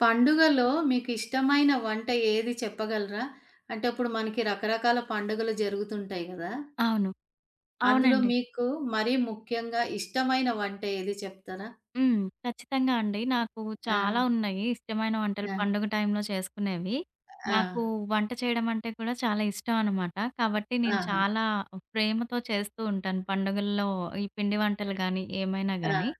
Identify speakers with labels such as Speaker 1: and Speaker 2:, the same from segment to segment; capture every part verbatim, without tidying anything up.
Speaker 1: పండుగలో మీకిష్టమైన వంట ఏది చెప్పగలరా? అంటే ఇప్పుడు మనకి రకరకాల పండుగలు జరుగుతుంటాయి గదా!
Speaker 2: అవును.
Speaker 1: అందులో
Speaker 2: అవునండి.
Speaker 1: మీకు మరీ ముఖ్యంగా ఇష్టమైన వంట ఏది చెప్తారా?
Speaker 2: హ్మ్. ఖచ్చితంగా అండి. నాకు
Speaker 1: ఆ!
Speaker 2: చాలా ఉన్నాయి ఇష్టమైన వంటలు
Speaker 1: ఆ!
Speaker 2: పండుగ టైంలో చేసుకునేవి.
Speaker 1: ఆ!
Speaker 2: నాకు వంట చేయడం అంటే కూడా చాలా ఇష్టం అనమాట. కాబట్టి నేను
Speaker 1: ఆహా!
Speaker 2: చాలా ప్రేమతో చేస్తూ ఉంటాను పండుగల్లో ఈ పిండి వంటలు గానీ, ఏమైనా
Speaker 1: ఆ!
Speaker 2: గానీ.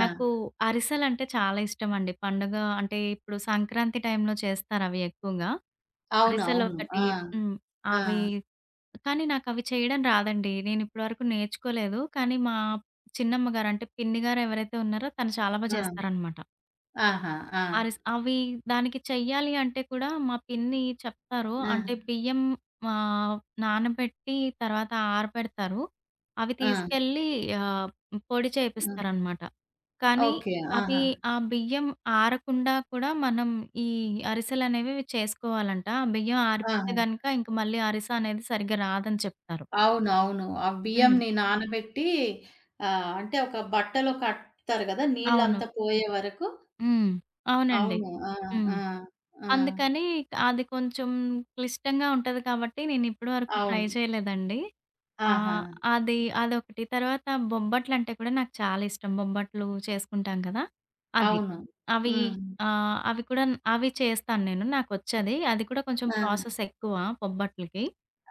Speaker 1: ఆ!
Speaker 2: నాకు అరిసెలంటే చాలా ఇష్టమండి. పండుగ అంటే ఇప్పుడు సంక్రాంతి టైంలో చేస్తారవి ఎక్కువగా.
Speaker 1: అవును. అవును.
Speaker 2: అరిసెలొకటి.
Speaker 1: ఆ!
Speaker 2: హ్మ్.
Speaker 1: ఆ!
Speaker 2: అవి, కానీ నాకవి చేయడం రాదండి. నేనిప్పటి వరకు నేర్చుకోలేదు. కానీ మా చిన్నమ్మగారు అంటే పిన్ని గారు ఎవరైతే ఉన్నారో తను చాలా బా
Speaker 1: ఆ!
Speaker 2: చేస్తారనమాట.
Speaker 1: ఆహా! ఆ!
Speaker 2: అరిస్ అవి దానికి చెయ్యాలి అంటే కూడా మా పిన్ని చెప్తారు. అంటే
Speaker 1: ఆ!
Speaker 2: బియ్యం ఆహ్, నానబెట్టి తర్వాత ఆరబెడతారు. అవి
Speaker 1: ఆ!
Speaker 2: తీసుకెళ్ళి ఆహ్, పొడి
Speaker 1: ఆ!
Speaker 2: చేపిస్తారనమాట. కానీ
Speaker 1: ఓకే.
Speaker 2: అవి
Speaker 1: ఆహా!
Speaker 2: ఆ బియ్యం ఆరకుండా కూడా మనం ఈ అరిసెలనేవి చేసుకోవాలంట. ఆ బియ్యం ఆరిపోతే
Speaker 1: ఆహా!
Speaker 2: గనక ఇంక మళ్ళీ అరిస అనేది సరిగ్గా రాదని చెప్తారు.
Speaker 1: అవును. అవును. ఆ
Speaker 2: హ్మ్.
Speaker 1: బియ్యంని నానబెట్టి ఆహ్, అంటే ఒక బట్టలో కడతారు గదా!
Speaker 2: అవును.
Speaker 1: నీళ్ళంతా పోయే వరకు.
Speaker 2: హ్మ్. అవునండి.
Speaker 1: అవును. ఆ!
Speaker 2: హ్మ్.
Speaker 1: ఆ! ఆ!
Speaker 2: అందుకని అది కొంచెం క్లిష్టంగా ఉంటది కాబట్టి నేనిప్పడి వరకు
Speaker 1: అవును.
Speaker 2: ట్రై చేయలేదండి.
Speaker 1: ఆహా!
Speaker 2: ఆహ్, అది అదొకటి. తర్వాత బొబ్బట్లంటే కూడా నాకు చాలా ఇష్టం. బొబ్బట్లు చేసుకుంటాం కదా! అది.
Speaker 1: అవును.
Speaker 2: అవి
Speaker 1: హ్మ్.
Speaker 2: ఆహ్, అవి కూడా అవి చేస్తాను నేను. నాకొచ్చది. అది కూడా కొంచెం
Speaker 1: ఆ!
Speaker 2: ప్రాసెస్ ఎక్కువ బొబ్బట్లకి.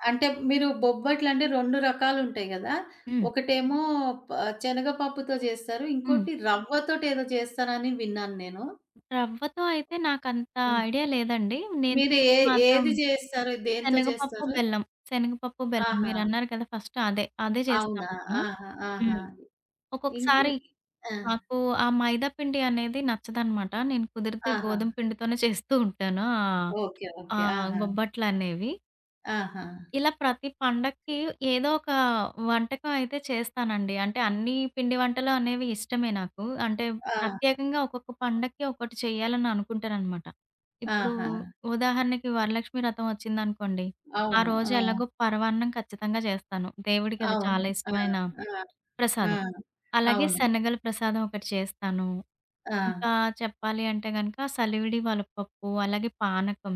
Speaker 1: అంటే మీరు బొబ్బట్లంటే రెండు రకాలుంటాయి గదా!
Speaker 2: హ్మ్.
Speaker 1: ఒకటేమో ప శనగపప్పుతో జేస్తారు.
Speaker 2: హ్మ్.
Speaker 1: ఇంకోటి రవ్వతోటేదో జేస్తారని విన్నాను నేను.
Speaker 2: రవ్వతో అయితే నాకంత
Speaker 1: హ్మ్.
Speaker 2: ఐడియా లేదండి. నేను
Speaker 1: మీరు ఏ
Speaker 2: మాత్రం
Speaker 1: ఏది జేస్తారు? దేనితో
Speaker 2: శనగపప్పు,
Speaker 1: జేస్తారు?
Speaker 2: బెల్లం. శనగపప్పు, బెల్లం
Speaker 1: ఆహా!
Speaker 2: మీరన్నారు కదా! ఫస్ట్ అదే. అదే
Speaker 1: అవునా!
Speaker 2: చేస్తాను నేను.
Speaker 1: ఆహా! ఆహా!
Speaker 2: హ్మ్.
Speaker 1: ఇ ఇ
Speaker 2: ఒక్కొక్కసారి
Speaker 1: ఆ!
Speaker 2: నాకు ఆ మైదా పిండి అనేది నచ్చదనమాట. నేను కుదిరితే
Speaker 1: ఆహా!
Speaker 2: గోధుమ పిండితోనే చేస్తూ ఉంటాను. ఆహ్,
Speaker 1: ఓకే.
Speaker 2: ఆ
Speaker 1: ఓకే. ఆహా!
Speaker 2: బొబ్బట్లనేవి.
Speaker 1: ఆహా!
Speaker 2: ఇలా ప్రతి పండక్కి ఏదో ఒక వంటకం అయితే చేస్తానండి. అంటే అన్ని పిండి వంటలు అనేవి ఇష్టమే నాకు. అంటే
Speaker 1: ఆ!
Speaker 2: ప్రత్యేకంగా ఒక్కొక్క పండక్కి ఒక్కోటి చేయాలని అనుకుంటాననమాట. ఇప్పుడు
Speaker 1: ఆహా!
Speaker 2: ఉదాహరణకి వరలక్ష్మి వ్రతం వచ్చిందనుకోండి. ఆ
Speaker 1: అవును.
Speaker 2: రోజు
Speaker 1: ఆ!
Speaker 2: ఎలాగో పరమాన్నం ఖచ్చితంగా చేస్తాను. దేవుడికి అది
Speaker 1: అవును.
Speaker 2: చాలా
Speaker 1: ఆ!
Speaker 2: ఇష్టమైన
Speaker 1: ఆ! ఆ!
Speaker 2: ప్రసాదం. అలాగే
Speaker 1: అవును.
Speaker 2: శనగల ప్రసాదం ఒకటి చేస్తాను.
Speaker 1: ఆ!
Speaker 2: ఇంకా చెప్పాలి అంటే గనక సలివిడి వలపప్పు, అలాగే పానకం.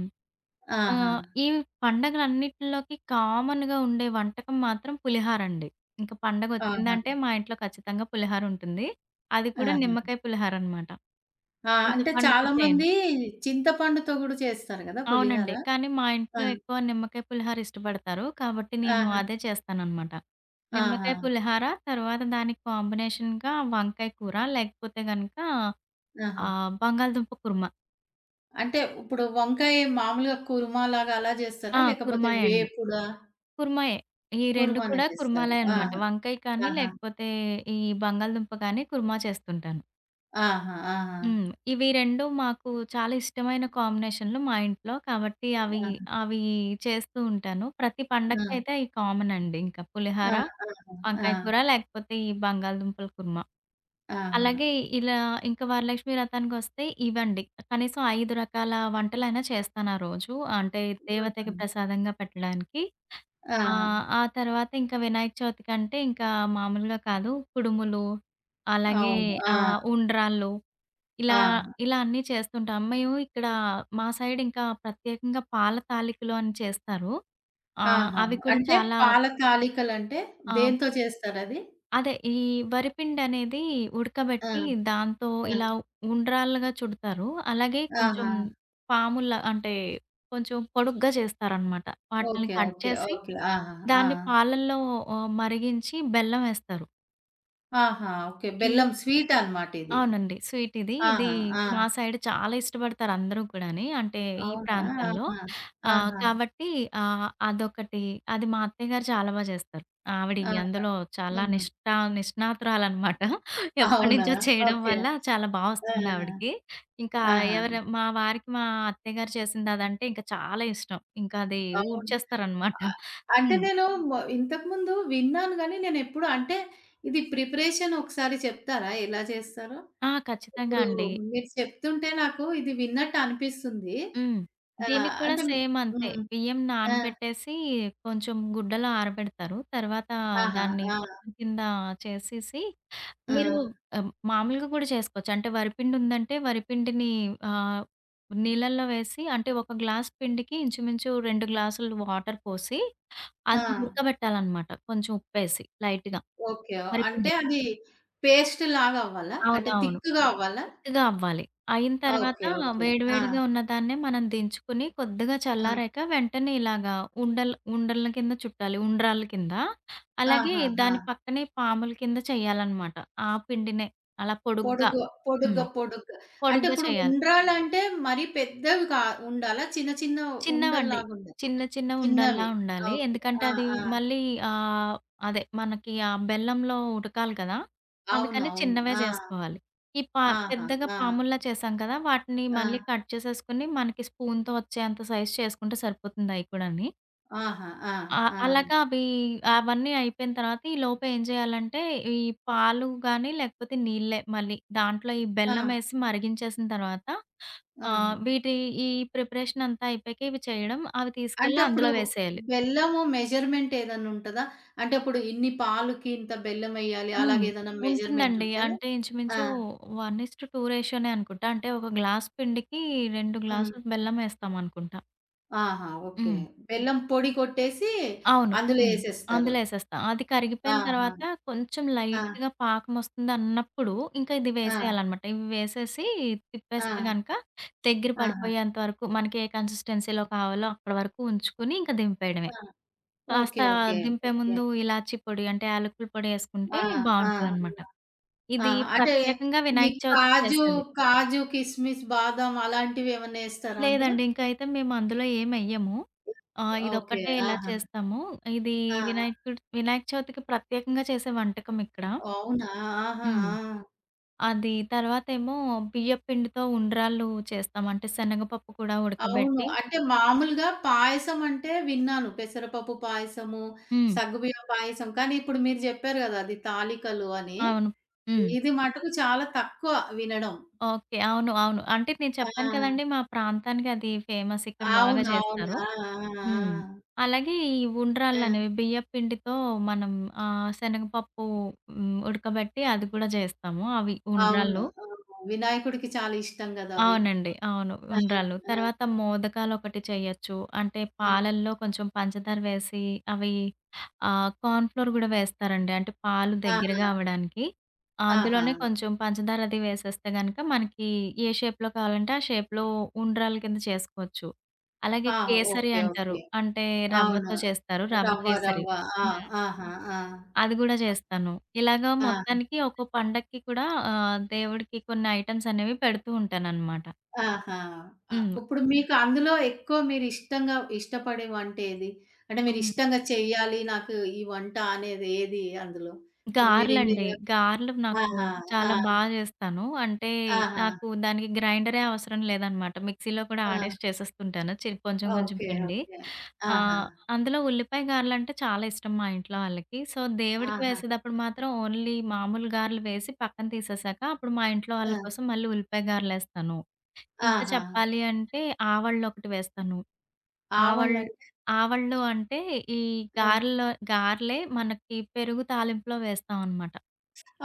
Speaker 2: ఆ!
Speaker 1: ఆహా!
Speaker 2: ఈ పండగలన్నిటిలోకి కామన్‌గా ఉండే వంటకం మాత్రం పులిహారండి. ఇంక
Speaker 1: ఆహా!
Speaker 2: పండగొచ్చిందంటే మా ఇంట్లో ఖచ్చితంగా పులిహారుంటుంది. అది కూడా
Speaker 1: ఆహా!
Speaker 2: నిమ్మకాయ పులిహారనమాట.
Speaker 1: ఆ! అంటే
Speaker 2: చింతపండుతో చేయను.
Speaker 1: చాలామంది చింతపండుతో గూడా చేస్తారు గదా! పులిహోర.
Speaker 2: అవునండి. కానీ మా
Speaker 1: ఆ!
Speaker 2: ఇంట్లో ఎక్కువ నిమ్మకాయ పులిహార ఇష్టపడతారు. కాబట్టి నేను
Speaker 1: ఆహా!
Speaker 2: అదే చేస్తాననమాట.
Speaker 1: ఆహా!
Speaker 2: నిమ్మకాయ పులిహార తర్వాత దానికి కాంబినేషన్‌గా వంకాయ కూర లేకపోతే గనక
Speaker 1: ఆహా!
Speaker 2: ఆహ్, బంగాళదుంప కుర్మా.
Speaker 1: అంటే ఇప్పుడు వంకాయ మామూలుగా కుర్మా లాగా అలా చేస్తారా?
Speaker 2: ఆ!
Speaker 1: లేకపోతే
Speaker 2: కుర్మాయే అండి.
Speaker 1: వేపుడా?
Speaker 2: కుర్మాయే. ఈ రెండు
Speaker 1: కుర్మానే
Speaker 2: కూడా
Speaker 1: చేస్తారు.
Speaker 2: కుర్మాలే
Speaker 1: ఆహా!
Speaker 2: అనమాట. వంకాయ కానీ,
Speaker 1: ఆహా!
Speaker 2: లేకపోతే ఈ బంగాళదుంప కానీ కుర్మా చేస్తుంటాను.
Speaker 1: ఆహా! ఆహా!
Speaker 2: హ్మ్. ఇవి రెండూ మాకు చాలా ఇష్టమైన కాంబినేషన్‌లు మా ఇంట్లో. కాబట్టి అవి,
Speaker 1: ఆహా!
Speaker 2: అవి చేస్తూ ఉంటాను. ప్రతి
Speaker 1: ఆ!
Speaker 2: పండగకైతే అయి కామన్ అండి. ఇంకా
Speaker 1: ఆ!
Speaker 2: పులిహార,
Speaker 1: ఆహా! ఆ!
Speaker 2: వంకాయ కూర లేకపోతే ఈ బంగాళదుంపల కుర్మా.
Speaker 1: ఆహా!
Speaker 2: అలాగే ఇలా ఇంకా వరలక్ష్మి వ్రతానికొస్తే ఇవండి. కనీసం ఐదు రకాల వంటలైనా చేస్తాను ఆ రోజు. అంటే
Speaker 1: ఆహా!
Speaker 2: దేవతకి ప్రసాదంగా పెట్టడానికి. ఆ!
Speaker 1: ఆహా!
Speaker 2: ఆ తర్వాత ఇంకా వినాయక చవితికంటే ఇంకా మామూలుగా కాదు. కుడుములు, అలాగే
Speaker 1: అవును. ఆ!
Speaker 2: ఆహ్, ఉండ్రాళ్ళు ఇలా,
Speaker 1: ఆ!
Speaker 2: ఇలా అన్నీ చేస్తుంటాం. మేము ఇక్కడ మా సైడ్ ఇంకా ప్రత్యేకంగా పాల తాలికలు అని చేస్తారు. ఆహ్,
Speaker 1: ఆహా!
Speaker 2: అవి కూడా
Speaker 1: అంటే
Speaker 2: చాలా.
Speaker 1: పాల తాలికలంటే
Speaker 2: ఆ!
Speaker 1: దేనితో చేస్తారది?
Speaker 2: అదే. ఈ వరిపిండనేది
Speaker 1: ఆ!
Speaker 2: ఉడకబెట్టి దాంతో
Speaker 1: ఆ!
Speaker 2: ఇలా ఉండ్రాళ్ళుగా చుడతారు. అలాగే కొంచెం
Speaker 1: ఆహా!
Speaker 2: పాముల్లా అంటే కొంచెం పొడుగ్గా చేస్తారనమాట. వాటిల్ని
Speaker 1: ఓకే.
Speaker 2: Cut
Speaker 1: okay.
Speaker 2: చేసి
Speaker 1: ఓకే. ఆహా! ఆ!
Speaker 2: దాన్ని పాలల్లో ఆహ్, మరిగించి బెల్లం ఏస్తారు.
Speaker 1: ఆహా! ఓకే.
Speaker 2: ఈ
Speaker 1: బెల్లం స్వీట్ అన్నమాట ఇది.
Speaker 2: అవునండి. స్వీట్ ఇది. ఇది
Speaker 1: ఆహా! ఆ!
Speaker 2: మా సైడ్ చాలా ఇష్టపడతారు అందరూ కూడాని. అంటే ఈ
Speaker 1: అవునా?
Speaker 2: ప్రాంతంలో.
Speaker 1: ఆహా!
Speaker 2: ఆహ్,
Speaker 1: ఆహా!
Speaker 2: కాబట్టి ఆహ్, అదొకటి. అది మా అత్తయ్య గారు చాలా బా చేస్తారు. ఆవిడ
Speaker 1: ఆహా!
Speaker 2: అందులో చాలా
Speaker 1: హుహు.
Speaker 2: నిష్ఠ నిష్ణాతురాలనమాట.
Speaker 1: అవునా?
Speaker 2: ఎప్పటినుంచో చేయడం
Speaker 1: ఓకే.
Speaker 2: వల్ల చాలా బా
Speaker 1: ఆ!
Speaker 2: వస్తుంది ఆవిడకి. ఇంకా
Speaker 1: ఆహా!
Speaker 2: ఎవరు మా వారికి మా అత్తయ్య గారు చేసింది అదంటే ఇంకా చాలా ఇష్టం. ఇంకా అది
Speaker 1: అవునా?
Speaker 2: ఊడ్చేస్తారనమాట.
Speaker 1: అ అంటే
Speaker 2: హ్మ్.
Speaker 1: నేను మొ ఇంతకుముందు విన్నాను గానీ నేనెప్పుడు అంటే ఇది ప్రిపరేషన్ ఒకసారి చెప్తారా? ఎలా చేస్తారో?
Speaker 2: ఆ! ఖచ్చితంగా
Speaker 1: ఇప్పుడు
Speaker 2: అండి.
Speaker 1: మీరు చెప్తుంటే నాకు ఇది విన్నట్టు అనిపిస్తుంది.
Speaker 2: హ్మ్.
Speaker 1: ఆహ్,
Speaker 2: దీనికి కూడా
Speaker 1: అంటే
Speaker 2: సేమ్ అంతే.
Speaker 1: హ్మ్.
Speaker 2: బియ్యం
Speaker 1: ఆ!
Speaker 2: నానబెట్టేసి కొంచెం గుడ్డలో ఆరబెడతారు. తర్వాత
Speaker 1: ఆహా!
Speaker 2: దాన్ని
Speaker 1: ఆ!
Speaker 2: పప్పు కింద చేసేసి
Speaker 1: ఆ!
Speaker 2: మీరు ఆహ్, మామూలుగా కూడా చేసుకోవచ్చు. అంటే వరిపిండి ఉందంటే వరిపిండిని ఆహ్, నీళ్ళల్లో వేసి అంటే ఒక గ్లాస్ పిండికి ఇంచుమించు రెండు గ్లాసులు వాటర్ పోసి
Speaker 1: ఆ!
Speaker 2: అది ఉడకబెట్టాలనమాట. కొంచెం ఉప్పేసి లైట్‌గా
Speaker 1: ఓకే. అంటే
Speaker 2: వరిపిండిని.
Speaker 1: అది పేస్ట్ లాగా అవ్వాలా? అంటే
Speaker 2: అవునవును.
Speaker 1: థిక్‌గా అవ్వాలా?
Speaker 2: చిక్కగా అవ్వాలి. అయిన తర్వాత
Speaker 1: ఓకే. ఓకే.
Speaker 2: వేడి ఓకే.
Speaker 1: ఆ!
Speaker 2: వేడిగా ఉన్నదాన్నే మనం దించుకొని కొద్దిగా
Speaker 1: ఆ!
Speaker 2: చల్లారాక వెంటనే ఇలాగా ఉండలు ఉండల కింద చుట్టాలి. ఉండ్రాళ్ళ కింద. అలాగే
Speaker 1: ఆహాహా!
Speaker 2: దాని పక్కనే పాముల కింద చేయాలనమాట. ఆ పిండినే అలా పొడుగ్గా.
Speaker 1: పొడుగు
Speaker 2: హ్మ్.
Speaker 1: పొడుగ్గా పొడుగ్గా. అంటే
Speaker 2: పొడుగ్గా
Speaker 1: ఇప్పుడు
Speaker 2: చేయాలి.
Speaker 1: ఉండ్రాలంటే మరీ పెద్దవి కా ఉండాలా? చిన్న చిన్న
Speaker 2: చిన్నవండి.
Speaker 1: ఉండల్లాగా ఉండాలా?
Speaker 2: చిన్న చిన్న ఉండల్లా
Speaker 1: చిన్నవి.
Speaker 2: ఉండాలి.
Speaker 1: ఓకే.
Speaker 2: ఎందుకంటే
Speaker 1: ఆ!
Speaker 2: అది
Speaker 1: ఆ!
Speaker 2: మళ్ళీ ఆహ్, అదే మనకి ఆ బెల్లంలో ఉడకాలి కదా!
Speaker 1: అవును.
Speaker 2: అందుకని
Speaker 1: అవును.
Speaker 2: చిన్నవే
Speaker 1: ఆ!
Speaker 2: చేసుకోవాలి. ఈ పా
Speaker 1: ఆహా!
Speaker 2: పెద్దగా
Speaker 1: ఆ!
Speaker 2: పాముల్లా చేసాం కదా! వాటిని
Speaker 1: ఆ!
Speaker 2: మళ్ళీ కట్ చేసేసుకొని మనకి స్పూన్‌తో వచ్చేంత సైజ్ చేసుకుంటే సరిపోతుంది అయి కూడాని.
Speaker 1: ఆహా! ఆ!
Speaker 2: ఆ!
Speaker 1: ఆ!
Speaker 2: అలాగా అవి అవన్నీ అయిపోయిన తర్వాత ఈ లోపు ఏం చేయాలంటే, ఈ పాలు గాని, లేకపోతే నీళ్ళే మళ్ళీ. దాంట్లో ఈ
Speaker 1: ఆ!
Speaker 2: బెల్లమేసి మరిగించేసిన తర్వాత
Speaker 1: ఆ!
Speaker 2: ఆహ్, వీటి ఈ ప్రిపరేషన్ అంతా అయిపోయాక ఇవి చేయడం, అవి
Speaker 1: అంటే
Speaker 2: తీసుకెళ్ళి
Speaker 1: అప్పుడు
Speaker 2: అందులో వేసేయాలి.
Speaker 1: బెల్లము మెజర్‌మెంట్ ఏదన్నా ఉంటదా? అంటే ఇప్పుడు ఇన్ని పాలుకి ఇంత బెల్లం ఎయ్యాలి.
Speaker 2: హ్మ్.
Speaker 1: అలాగే ఏదైనా మెజర్‌మెంట్
Speaker 2: ఉంటుందండి.
Speaker 1: ఉంటదా?
Speaker 2: అంటే
Speaker 1: ఆ!
Speaker 2: ఇంచుమించు ఒకటికి రెండు రేషియోనే అనుకుంటా. అంటే ఒక గ్లాస్ పిండికి రెండు
Speaker 1: హ్మ్.
Speaker 2: గ్లాసులు బెల్లమేస్తామనుకుంటా.
Speaker 1: ఆహా! ఓకే.
Speaker 2: హ్మ్.
Speaker 1: బెల్లం పొడి కొట్టేసి
Speaker 2: అవును.
Speaker 1: అందులో
Speaker 2: హ్మ్.
Speaker 1: ఎసేస్తారు.
Speaker 2: అందులో ఏసేస్తా. అది కరిగిపోయిన
Speaker 1: ఆహా!
Speaker 2: తర్వాత కొంచెం
Speaker 1: ఆ!
Speaker 2: లైట్‌గా పాకమొస్తుందన్నప్పుడు ఇంకా ఇది
Speaker 1: ఆ!
Speaker 2: వేసేయాలనమాట. ఇవి వేసేసి
Speaker 1: ఆ!
Speaker 2: తిప్పేస్తే గనక దగ్గర
Speaker 1: ఆహా!
Speaker 2: పడిపోయేంత వరకు మనకి ఏ కన్సిస్టెన్సీలో కావాలో అక్కడి వరకు ఉంచుకొని ఇంకా దింపేయడమే.
Speaker 1: ఆ!
Speaker 2: కాస్త
Speaker 1: ఓకే. ఓకే.
Speaker 2: దింపే
Speaker 1: ఓకే.
Speaker 2: ముందు ఇలాచీ పొడి అంటే యాలకుల పొడి
Speaker 1: ఆ!
Speaker 2: ఏసుకుంటే
Speaker 1: ఆ!
Speaker 2: బావుంటదనమాట.
Speaker 1: ఆ!
Speaker 2: ఇది
Speaker 1: అంటే
Speaker 2: ప్రత్యేకంగా
Speaker 1: ఈ
Speaker 2: వినాయక చవితికి
Speaker 1: కాజు,
Speaker 2: చేసేది.
Speaker 1: కాజు, కిస్మిస్, బాదం అలాంటివి ఏమన్నా ఎస్తారా అందులో?
Speaker 2: లేదండి. ఇంక అయితే మేము అందులో ఏమెయ్యము. ఆహ్,
Speaker 1: ఓకే.
Speaker 2: ఇదొక్కటే ఇలా
Speaker 1: ఆహా!
Speaker 2: చేస్తాము. ఇది
Speaker 1: ఆహా!
Speaker 2: వినాయకుడు వినాయక చవితికి ప్రత్యేకంగా చేసే వంటకం ఇక్కడ.
Speaker 1: అవునా? ఆహా!
Speaker 2: హ్మ్.
Speaker 1: ఆ!
Speaker 2: అది తర్వాతేమో బియ్యపు పిండితో ఉండ్రాళ్ళు చేస్తాం. అంటే శనగపప్పు కూడా
Speaker 1: అవును.
Speaker 2: ఉడకబెట్టి.
Speaker 1: అంటే మామూలుగా పాయసం అంటే విన్నాను. పెసరపప్పు పాయసము,
Speaker 2: హ్మ్.
Speaker 1: సగ్గుబియ్యం పాయసం. కానీ ఇప్పుడు మీరు జెప్పారు గదా! అది తాలికలు అని.
Speaker 2: అవును. హ్మ్.
Speaker 1: ఇది మటుకు చాలా తక్కువ వినడం.
Speaker 2: ఓకే. అవును. అవును. అంటే నేను చెప్పాను
Speaker 1: ఆ!
Speaker 2: కదండీ! మా ప్రాంతానికి అది ఫేమస్. ఇక్కడ బాగా
Speaker 1: అవును. అవును.
Speaker 2: చేస్తారు.
Speaker 1: ఆ!
Speaker 2: హ్మ్.
Speaker 1: ఆ!
Speaker 2: అలాగే ఈ
Speaker 1: ఆ! ఆ!
Speaker 2: ఉండ్రాళ్ళనేవి బియ్యపు పిండితో మనం ఆహ్, శనగపప్పు హ్మ్, ఉడకబెట్టి అది కూడా జేస్తాము. అవి
Speaker 1: అవును.
Speaker 2: ఉండ్రాళ్ళు.
Speaker 1: అవును. వినాయకుడికి చాలా ఇష్టం గదా! అవి.
Speaker 2: అవునండి. అవును.
Speaker 1: ఆ!
Speaker 2: ఉండ్రాళ్ళు. తర్వాత మోదకాలొకటి చెయ్యొచ్చు. అంటే
Speaker 1: ఆ!
Speaker 2: పాలల్లో కొంచెం పంచదార వేసి అవి ఆహ్, కార్న్ ఫ్లోర్ గూడా వేస్తారండి. అంటే పాలు
Speaker 1: ఆ!
Speaker 2: దగ్గరగా
Speaker 1: ఆహా!
Speaker 2: అవ్వడానికి.
Speaker 1: ఆహా!
Speaker 2: అందులోనే కొంచెం పంచదార అది వేసేస్తే గనక మనకి ఏ షేప్‌లో కావాలంటే ఆ షేప్‌లో ఉండ్రాళ్ళ కింద చేసుకోవచ్చు. అలాగే
Speaker 1: ఆహా!
Speaker 2: కేసరి
Speaker 1: ఓకే.
Speaker 2: అంటారు.
Speaker 1: ఓకే.
Speaker 2: అంటే
Speaker 1: అవును.
Speaker 2: రవ్వతో చేస్తారు. రవ్వ
Speaker 1: రవ్వ
Speaker 2: కేసరి.
Speaker 1: రవ్వ. ఆ!
Speaker 2: హ్మ్.
Speaker 1: ఆహా! ఆ!
Speaker 2: అది గూడా చేస్తాను. ఇలాగా
Speaker 1: ఆ!
Speaker 2: మొత్తానికి ఒక్కో పండక్కి కూడా ఆహ్, దేవుడికి కొన్ని ఐటెమ్స్ అనేవి పెడుతూ ఉంటాననమాట.
Speaker 1: ఆహా! ఆహ్,
Speaker 2: హ్మ్.
Speaker 1: ఇప్పుడు మీకు అందులో ఎక్కువ మీరు ఇష్టంగా ఇష్టపడే వంట ఏది? అంటే మీరు
Speaker 2: హ్మ్.
Speaker 1: ఇష్టంగా చెయ్యాలి నాకు ఈ వంట అనేది ఏది అందులో? ఇప్పుడు మీరు ఇన్ని
Speaker 2: గారెలండి.
Speaker 1: ర
Speaker 2: గారెలు నాకు
Speaker 1: ఆహా! ఆ!
Speaker 2: చాలా బా జేస్తాను. అంటే
Speaker 1: ఆహా!
Speaker 2: నాకు దానికి గ్రైండరే అవసరం లేదనమాట. మిక్సీలో కూడా
Speaker 1: ఆ!
Speaker 2: ఆడేసి చేసేస్తుంటాను. చి కొంచెం కొంచెం
Speaker 1: ఓకే.
Speaker 2: పిండి.
Speaker 1: ఓకే. ఆహా!
Speaker 2: ఆహ్, అందులో ఉల్లిపాయ గారెలంటే చాలా ఇష్టం మా ఇంట్లో వాళ్ళకి. సో, దేవుడికి
Speaker 1: ఆహా!
Speaker 2: వేసేటప్పుడు మాత్రం ఓన్లీ మామూలు గారెలు వేసి పక్కన తీసేసాక అప్పుడు మా ఇంట్లో వాళ్ళ
Speaker 1: ఆ!
Speaker 2: కోసం మళ్ళీ ఉల్లిపాయ గారెలేస్తాను. ఇంకా
Speaker 1: ఆహా!
Speaker 2: చెప్పాలి అంటే ఆవళ్ళొకటి వేస్తాను. ఆవళ్
Speaker 1: ఆవలంటే
Speaker 2: ఆవళ్ళు అంటే ఈ
Speaker 1: ఆ!
Speaker 2: గారెలో గారెలే మనకి పెరుగు తాలింపులో వేస్తామనమాట.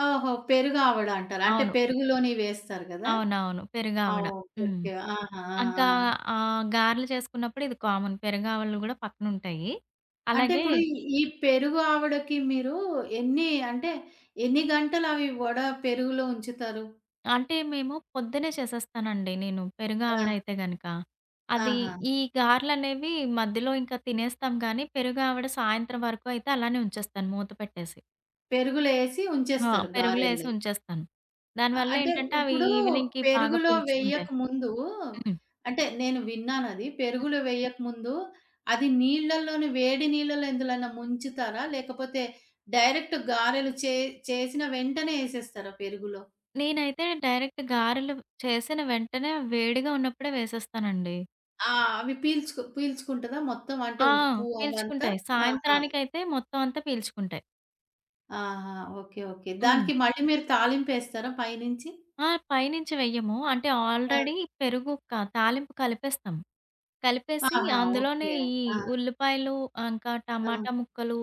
Speaker 1: ఓహో! పెరుగు ఆవడ అంటారు. అంటే
Speaker 2: అవును.
Speaker 1: పెరుగులోని వేస్తారు గదా!
Speaker 2: అవునవును.
Speaker 1: ఆ!
Speaker 2: పెరుగావడ.
Speaker 1: ఓకే.
Speaker 2: హ్మ్.
Speaker 1: ఓకే. ఆహా! ఆ!
Speaker 2: ఇంకా
Speaker 1: ఆ!
Speaker 2: ఆహ్, గారెలు చేసుకున్నప్పుడు ఇది కామన్. పెరుగావళ్ళు గూడా పక్కనుంటాయి.
Speaker 1: అంటే
Speaker 2: అలాగే
Speaker 1: ఇప్పుడు ఈ ఈ పెరుగు ఆవడకి మీరు ఎన్ని అంటే ఎన్ని గంటలవి వడ పెరుగులో ఉంచుతారు?
Speaker 2: అంటే మేము పొద్దున్నే చేసేస్తానండి నేను
Speaker 1: ఆ!
Speaker 2: పెరుగావడ అయితే గనక. అది
Speaker 1: ఆహా!
Speaker 2: ఈ గారెలనేవి మధ్యలో ఇంకా తినేస్తాం గానీ, పెరుగావడ సాయంత్రం వరకు అయితే అలానే ఉంచేస్తాను మూత పెట్టేసి.
Speaker 1: పెరుగులో ఏసి
Speaker 2: ఆ!
Speaker 1: ఉంచేస్తారు
Speaker 2: పెరుగులో ఏసి
Speaker 1: గారెల్ని.
Speaker 2: ఉంచేస్తాను.
Speaker 1: అ
Speaker 2: దానివల్ల
Speaker 1: అంటే
Speaker 2: ఏంటంటే అవి
Speaker 1: ఇప్పుడు
Speaker 2: ఈవినింగ్‌కి బాగా
Speaker 1: పెరుగులో
Speaker 2: పీల్చుకుంటాయి.
Speaker 1: వేయకముందు
Speaker 2: హ్మ్.
Speaker 1: అంటే నేను విన్నానది. పెరుగులో వేయకముందు అది నీళ్ళలోనే వేడి నీళ్ళలో ఎందులోనా ముంచుతారా? లేకపోతే డైరెక్ట్ గారెలు చే చేసిన వెంటనే ఏసేస్తారా పెరుగులో?
Speaker 2: నేనైతే డైరెక్ట్ గారెలు చేసిన వెంటనే వేడిగా ఉన్నప్పుడే వేసేస్తానండి.
Speaker 1: ఆ! అవి పీల్చుకు పీల్చుకుంటదా మొత్తం? అంటే
Speaker 2: ఆ!
Speaker 1: ఉప్పు అవంతా?
Speaker 2: పీల్చుకుంటాయి.
Speaker 1: ఆహా!
Speaker 2: సాయంత్రానికైతే మొత్తం అంతా పీల్చుకుంటాయి.
Speaker 1: ఆహా! ఓకే. ఓకే.
Speaker 2: హ్మ్.
Speaker 1: దానికి మళ్ళీ మీరు తాలింపేస్తారా పైనుంచి?
Speaker 2: ఆ! పైనుంచి వెయ్యము. అంటే
Speaker 1: ఆ!
Speaker 2: ఆల్రెడీ పెరుగు క తాలింపు కలిపేస్తాం. కలిపేసి
Speaker 1: ఆహా!
Speaker 2: అందులోనే
Speaker 1: ఓకే.
Speaker 2: ఈ
Speaker 1: ఆ!
Speaker 2: ఉల్లిపాయలు, ఇంకా
Speaker 1: ఆ!
Speaker 2: టమాటా ముక్కలు,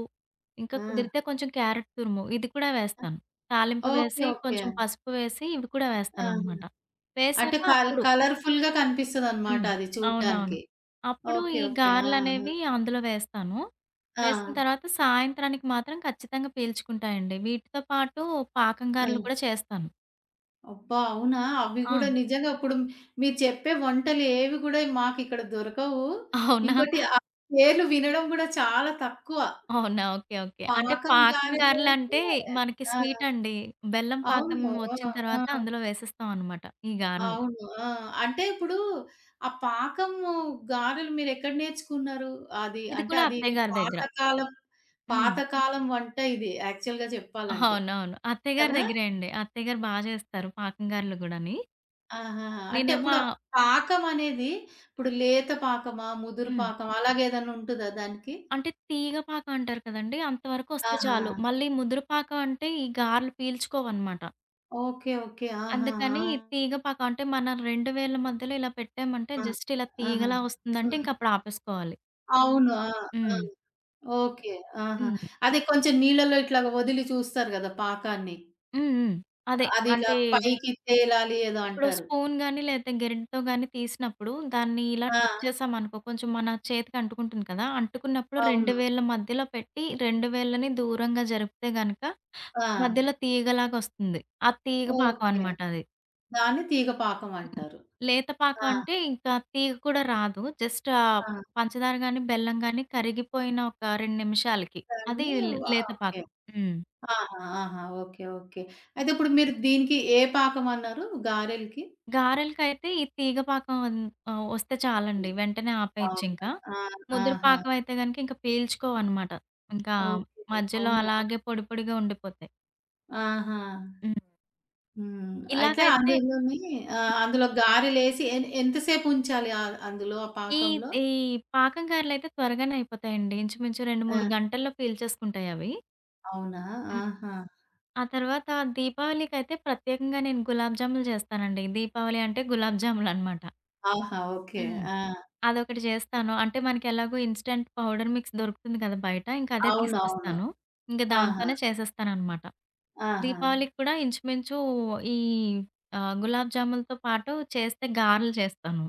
Speaker 2: ఇంకా
Speaker 1: ఆ!
Speaker 2: కుదిరితే కొంచెం క్యారెట్ తురుము ఇది కూడా వేస్తాను. తాలింపు
Speaker 1: ఓకే.
Speaker 2: వేసి
Speaker 1: ఓకే.
Speaker 2: కొంచెం పసుపు వేసి ఇవి కూడా
Speaker 1: ఆహా!
Speaker 2: వేస్తాననమాట.
Speaker 1: అంటే
Speaker 2: వేసాక
Speaker 1: కల్
Speaker 2: అప్పుడు.
Speaker 1: కలర్‌ఫుల్‌గా కనిపిస్తదనమాట
Speaker 2: హ్మ్.
Speaker 1: అది
Speaker 2: అవునవును.
Speaker 1: చూడ్డానికి.
Speaker 2: అప్పుడు
Speaker 1: ఓకే.
Speaker 2: ఈ
Speaker 1: ఓకే. ఆ!
Speaker 2: గారెలనేవి అందులో వేస్తాను.
Speaker 1: ఆ!
Speaker 2: వేసిన తర్వాత సాయంత్రానికి మాత్రం ఖచ్చితంగా పీల్చుకుంటాయండి. వీటితో పాటు పాకం
Speaker 1: ఆ!
Speaker 2: గారెలు కూడా చేస్తాను.
Speaker 1: అబ్బా! అవునా? అవి
Speaker 2: ఆ!
Speaker 1: కూడా నిజంగా ఇప్పుడు మీరు చెప్పే వంటలు ఏవి కూడా మాకిక్కడ దొరకవు.
Speaker 2: అవునా?
Speaker 1: ఇంకోటి ఆ పేర్లు వినడం కూడా చాలా తక్కువ.
Speaker 2: అవునా! ఓకే. ఓకే. అంటే
Speaker 1: పాకం
Speaker 2: పాకం
Speaker 1: గారెలు
Speaker 2: గారెలంటే
Speaker 1: అంటే
Speaker 2: మనకి
Speaker 1: ఆ!
Speaker 2: స్వీటండి. బెల్లం పాకం
Speaker 1: అవును.
Speaker 2: వచ్చిన
Speaker 1: ఆ! ఆ!
Speaker 2: తర్వాత అందులో వేసేస్తాం అనమాట ఈ గారెలు.
Speaker 1: అవును. ఆ! అంటే ఇప్పుడు ఆ పాకము గారెలు మీరెక్కడ నేర్చుకున్నారు? అది
Speaker 2: ఇది
Speaker 1: అంటే
Speaker 2: కూడా
Speaker 1: అది
Speaker 2: అత్తయ్య
Speaker 1: ఇది
Speaker 2: గారి దగ్గర.
Speaker 1: పాతకాలం
Speaker 2: హ్మ్.
Speaker 1: పాతకాలం వంట ఇది యాక్చువల్‌గా చెప్పాలంటే.
Speaker 2: అవునవును. అత్తయ్య గారి
Speaker 1: కదా!
Speaker 2: దగ్గరే అండి. అత్తయ్య గారు బా చేస్తారు పాకం గారెలు గూడాని.
Speaker 1: ఆహా! అంటే
Speaker 2: నేనేమో
Speaker 1: ఇప్పుడు ఆ
Speaker 2: ఆహ్,
Speaker 1: పాకం అనేది ఇప్పుడు లేత పాకమా? ముదురు
Speaker 2: హ్మ్.
Speaker 1: పాకమా? అలాగే ఏదన్నా ఉంటదా దానికి?
Speaker 2: అంటే తీగ పాకం అంటారు కదండీ! అంతవరకు వస్తే
Speaker 1: ఆహా!
Speaker 2: చాలు. మళ్ళీ ముదురు పాకం అంటే ఈ గారెలు పీల్చుకోవన్నమాట.
Speaker 1: ఓకే. ఓకే. ఆహా! ఆ!
Speaker 2: అందుకని తీగ పాకం అంటే మన రెండు వేళ్ళ మధ్యలో ఇలా పెట్టామంటే
Speaker 1: ఆ!
Speaker 2: జస్ట్ ఇలా
Speaker 1: ఆహా!
Speaker 2: తీగలా వస్తుందంటే
Speaker 1: హ్మ్.
Speaker 2: ఇంక అప్పుడు ఆపేసుకోవాలి.
Speaker 1: అవును. ఆ! ఆ!
Speaker 2: హ్మ్.
Speaker 1: ఓకే. ఆహా!
Speaker 2: హ్మ్.
Speaker 1: అదే కొంచెం నీళ్ళలో ఇట్లా వదిలి చూస్తారు గదా! పాకాన్ని.
Speaker 2: హ్మ్. హ్మ్. అదే.
Speaker 1: అది ఇలా
Speaker 2: అంటే
Speaker 1: పైకి తేలాలి ఏదో
Speaker 2: ఇప్పుడు
Speaker 1: అంటారు.
Speaker 2: స్పూన్ గాని లేతే గెరిటతో గాని తీసినప్పుడు దాన్ని ఇలా
Speaker 1: ఆ!
Speaker 2: టచ్ చేసామనుకో కొంచెం మన చేతికి అంటుకుంటుంది కదా! అంటుకున్నప్పుడు రెండు
Speaker 1: అవును.
Speaker 2: వేళ్ళ మధ్యలో పెట్టి రెండు వేళ్ళని దూరంగా జరిపితే గనక
Speaker 1: ఆ!
Speaker 2: మధ్యలో తీగలాగొస్తుంది. ఆ తీగ పాకం
Speaker 1: ఓకే.
Speaker 2: అనమాట అది.
Speaker 1: దాన్ని తీగ పాకం
Speaker 2: హ్మ్.
Speaker 1: అంటారు.
Speaker 2: లేత పాకం
Speaker 1: ఆ!
Speaker 2: అంటే ఇంకా తీగ కూడా రాదు. జస్ట్ ఆహ్,
Speaker 1: ఆ!
Speaker 2: పంచదార గాని, బెల్లం గాని కరిగిపోయిన ఒక రెండు నిమిషాలకి. అది
Speaker 1: దాన్ని
Speaker 2: లే
Speaker 1: వ
Speaker 2: లేత
Speaker 1: ఓకే.
Speaker 2: పాకం. హ్మ్.
Speaker 1: ఆహా! ఆహా! ఓకే. ఓకే. అయితే ఇప్పుడు మీరు దీనికి ఏ పాకం అన్నారు గారెలకి?
Speaker 2: గారెలకైతే ఈ తీగ పాకం ఆహ్, వస్తే చాలండి. వెంటనే
Speaker 1: అవునా?
Speaker 2: ఆపేయొచ్చింకా.
Speaker 1: ఆ!
Speaker 2: ముద్ర
Speaker 1: ఆహా!
Speaker 2: పాకం అయితే గనుక ఇంక పీల్చుకోవనమాట. ఇంకా
Speaker 1: ఓకే.
Speaker 2: మధ్యలో
Speaker 1: అవునా?
Speaker 2: అలాగే పొడి పొడిగా ఉండిపోతాయి.
Speaker 1: ఆహా!
Speaker 2: హ్మ్.
Speaker 1: హ్మ్. అయితే
Speaker 2: ఇలాగైతే
Speaker 1: అందులోని ఆ! అందులో గారెలేసి ఎన్ ఎంతసేపు ఉంచాలి ఆహ్, అందులో ఆ
Speaker 2: ఈ
Speaker 1: పాకంలో?
Speaker 2: ఈ పాకం గారెలయితే త్వరగానే అయిపోతాయండి. ఇంచుమించు రెండు,
Speaker 1: ఆ!
Speaker 2: మూడు గంటల్లో పీల్చేసుకుంటాయవి.
Speaker 1: అవునా?
Speaker 2: హ్మ్.
Speaker 1: ఆహా!
Speaker 2: ఆ తర్వాత దీపావళికైతే ప్రత్యేకంగా నేను గులాబ్ జాములు చేస్తానండి. దీపావళి అంటే గులాబ్ జాములనమాట.
Speaker 1: ఆహా! ఓకే. ఆ!
Speaker 2: అదొకటి చేస్తాను. అంటే మనకెలాగో ఇన్‌స్టంట్ పౌడర్ మిక్స్ దొరుకుతుంది కదా బయట. ఇంక అదే
Speaker 1: అవునవును.
Speaker 2: తీసుకొస్తాను. ఇంక
Speaker 1: ఆహా!
Speaker 2: దాంతోనే చేసేస్తాననమాట.
Speaker 1: ఆహా!
Speaker 2: దీపావళికి కూడా ఇంచుమించు ఈ ఆహ్, గులాబ్ జాములతో పాటు చేస్తే గారెలు చేస్తాను.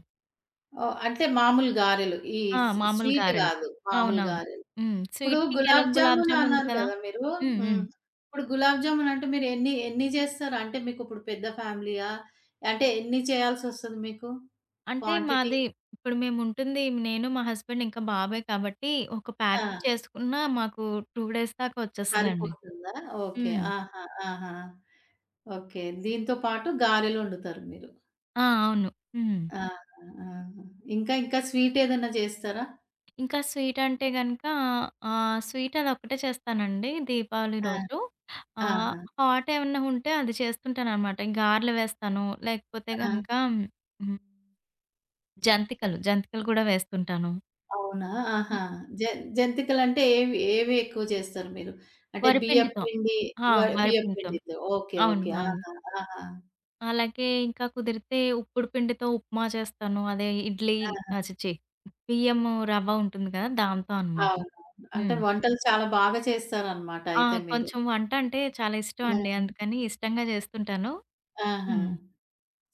Speaker 1: ఓహ్! అంటే మామూలు గారెలు. ఈ
Speaker 2: ఆ!
Speaker 1: స్
Speaker 2: మామూలు
Speaker 1: స్వీట్
Speaker 2: గారెలు.
Speaker 1: గాదు. మామూలు
Speaker 2: అవునవును.
Speaker 1: గారెలు.
Speaker 2: హ్మ్.
Speaker 1: ఇప్పుడు
Speaker 2: స్వీట్‌కి
Speaker 1: గులాబ్
Speaker 2: ఇంకెలాగో గులాబ్
Speaker 1: జామున్
Speaker 2: జామ్ ఉంది
Speaker 1: అన్నారు
Speaker 2: కదా!
Speaker 1: గదా! మీరు.
Speaker 2: హ్మ్.
Speaker 1: హ్మ్.
Speaker 2: హ్మ్.
Speaker 1: ఇప్పుడు గులాబ్ జామున్ అంటే మీరు ఎన్ని ఎన్ని జేస్తారు? అంటే మీకిప్పుడు పెద్ద ఫ్యామిలీయా? అంటే ఎన్ని చేయాల్సొస్తది మీకు?
Speaker 2: అంటే
Speaker 1: క్వాంటిటీ?
Speaker 2: మాది ఇప్పుడు మేముంటుంది నేను, మా హస్బెండ్ ఇంకా బాబే కాబట్టి ఒక
Speaker 1: ఆ!
Speaker 2: ప్యాకెట్ చేసుకున్నా మాకు రెండు డేస్ దాకా వచ్చేస్తదండి.
Speaker 1: సరిపోతుందా? ఓకే.
Speaker 2: హ్మ్.
Speaker 1: ఆహా! ఆహా! ఓకే. దీంతో పాటు గారెలొండుతారు మీరు.
Speaker 2: ఆ! అవును. హ్మ్.
Speaker 1: ఆహా! ఆహా! ఇంకా ఇంకా స్వీట్ ఏదైనా జేస్తారా?
Speaker 2: ఇంకా స్వీట్ అంటే గనక ఆహ్, స్వీట్ అదొక్కటే చేస్తానండి దీపావళి
Speaker 1: ఆ!
Speaker 2: రోజు. ఆహ్,
Speaker 1: ఆహా!
Speaker 2: హాట్ ఏమన్నా ఉంటే అది చేస్తుంటాననమాట. గారెలు వేస్తాను. లేకపోతే గనక
Speaker 1: ఆ!
Speaker 2: హ్మ్, జంతికలు, జంతికలు కూడా వేస్తుంటాను.
Speaker 1: అవునా? ఆహా!
Speaker 2: హ్మ్.
Speaker 1: జ జంతికలంటే ఏవి, ఏవి ఎక్కువ చేస్తారు మీరు? అంటే బియ్యపు
Speaker 2: వరిపిండితో.
Speaker 1: పిండి
Speaker 2: ఆ!
Speaker 1: వ బియ్యపు
Speaker 2: వరిపిండితో.
Speaker 1: పిండితో. ఓకే.
Speaker 2: అవును.
Speaker 1: ఓకే.
Speaker 2: అవును.
Speaker 1: ఆహా! ఆహా!
Speaker 2: అలాగే ఇంకా కుదిరితే ఉప్పుడు పిండితో ఉప్మా చేస్తాను. అదే ఇడ్లీ.
Speaker 1: ఆహా!
Speaker 2: ఆ! ఛీ! ఛీ! బియ్యము రవ్వ ఉంటుంది కదా! దాంతో అనమాట.
Speaker 1: అవునవును. అంటే
Speaker 2: హ్మ్.
Speaker 1: వంటలు చాలా బాగా చేస్తారనమాట
Speaker 2: ఆ!
Speaker 1: అయితే మీరు.
Speaker 2: కొంచెం వంట అంటే చాలా ఇష్టం అండి.
Speaker 1: ఆహా!
Speaker 2: అందుకని ఇష్టంగా చేస్తుంటాను.
Speaker 1: ఆహా!
Speaker 2: హ్మ్.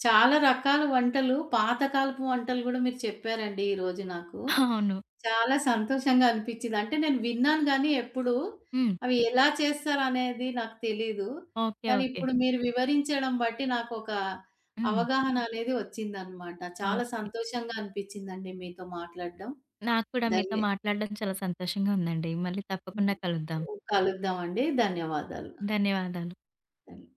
Speaker 1: చాలా రకాల వంటలు, పాతకాలపు వంటలు గూడా మీరు చెప్పారండి ఈరోజు నాకు.
Speaker 2: అవును.
Speaker 1: చాలా సంతోషంగా అనిపిచ్చింది. అంటే నేను విన్నాను గానీ ఎప్పుడు
Speaker 2: హ్మ్.
Speaker 1: అవి ఎలా చేస్తారనేది నాకు తెలీదు.
Speaker 2: ఓకే.
Speaker 1: కానీ
Speaker 2: ఓకే.
Speaker 1: ఇప్పుడు మీరు వివరించడం బట్టి నాకొక
Speaker 2: హ్మ్.
Speaker 1: అవగాహన అనేది వచ్చిందనమాట. చాలా
Speaker 2: ఓకే.
Speaker 1: సంతోషంగా అనిపిచ్చిందండి మీతో మాట్లాడడం.
Speaker 2: నాకు కూడా మీతో
Speaker 1: ధన్య
Speaker 2: మాట్లాడడం చాలా సంతోషంగా ఉందండి. మళ్ళీ తప్పకుండా కలుద్దాం.
Speaker 1: కలుద్దామండి. ధన్యవాదాలు.
Speaker 2: ధన్యవాదాలు.
Speaker 1: ధన్య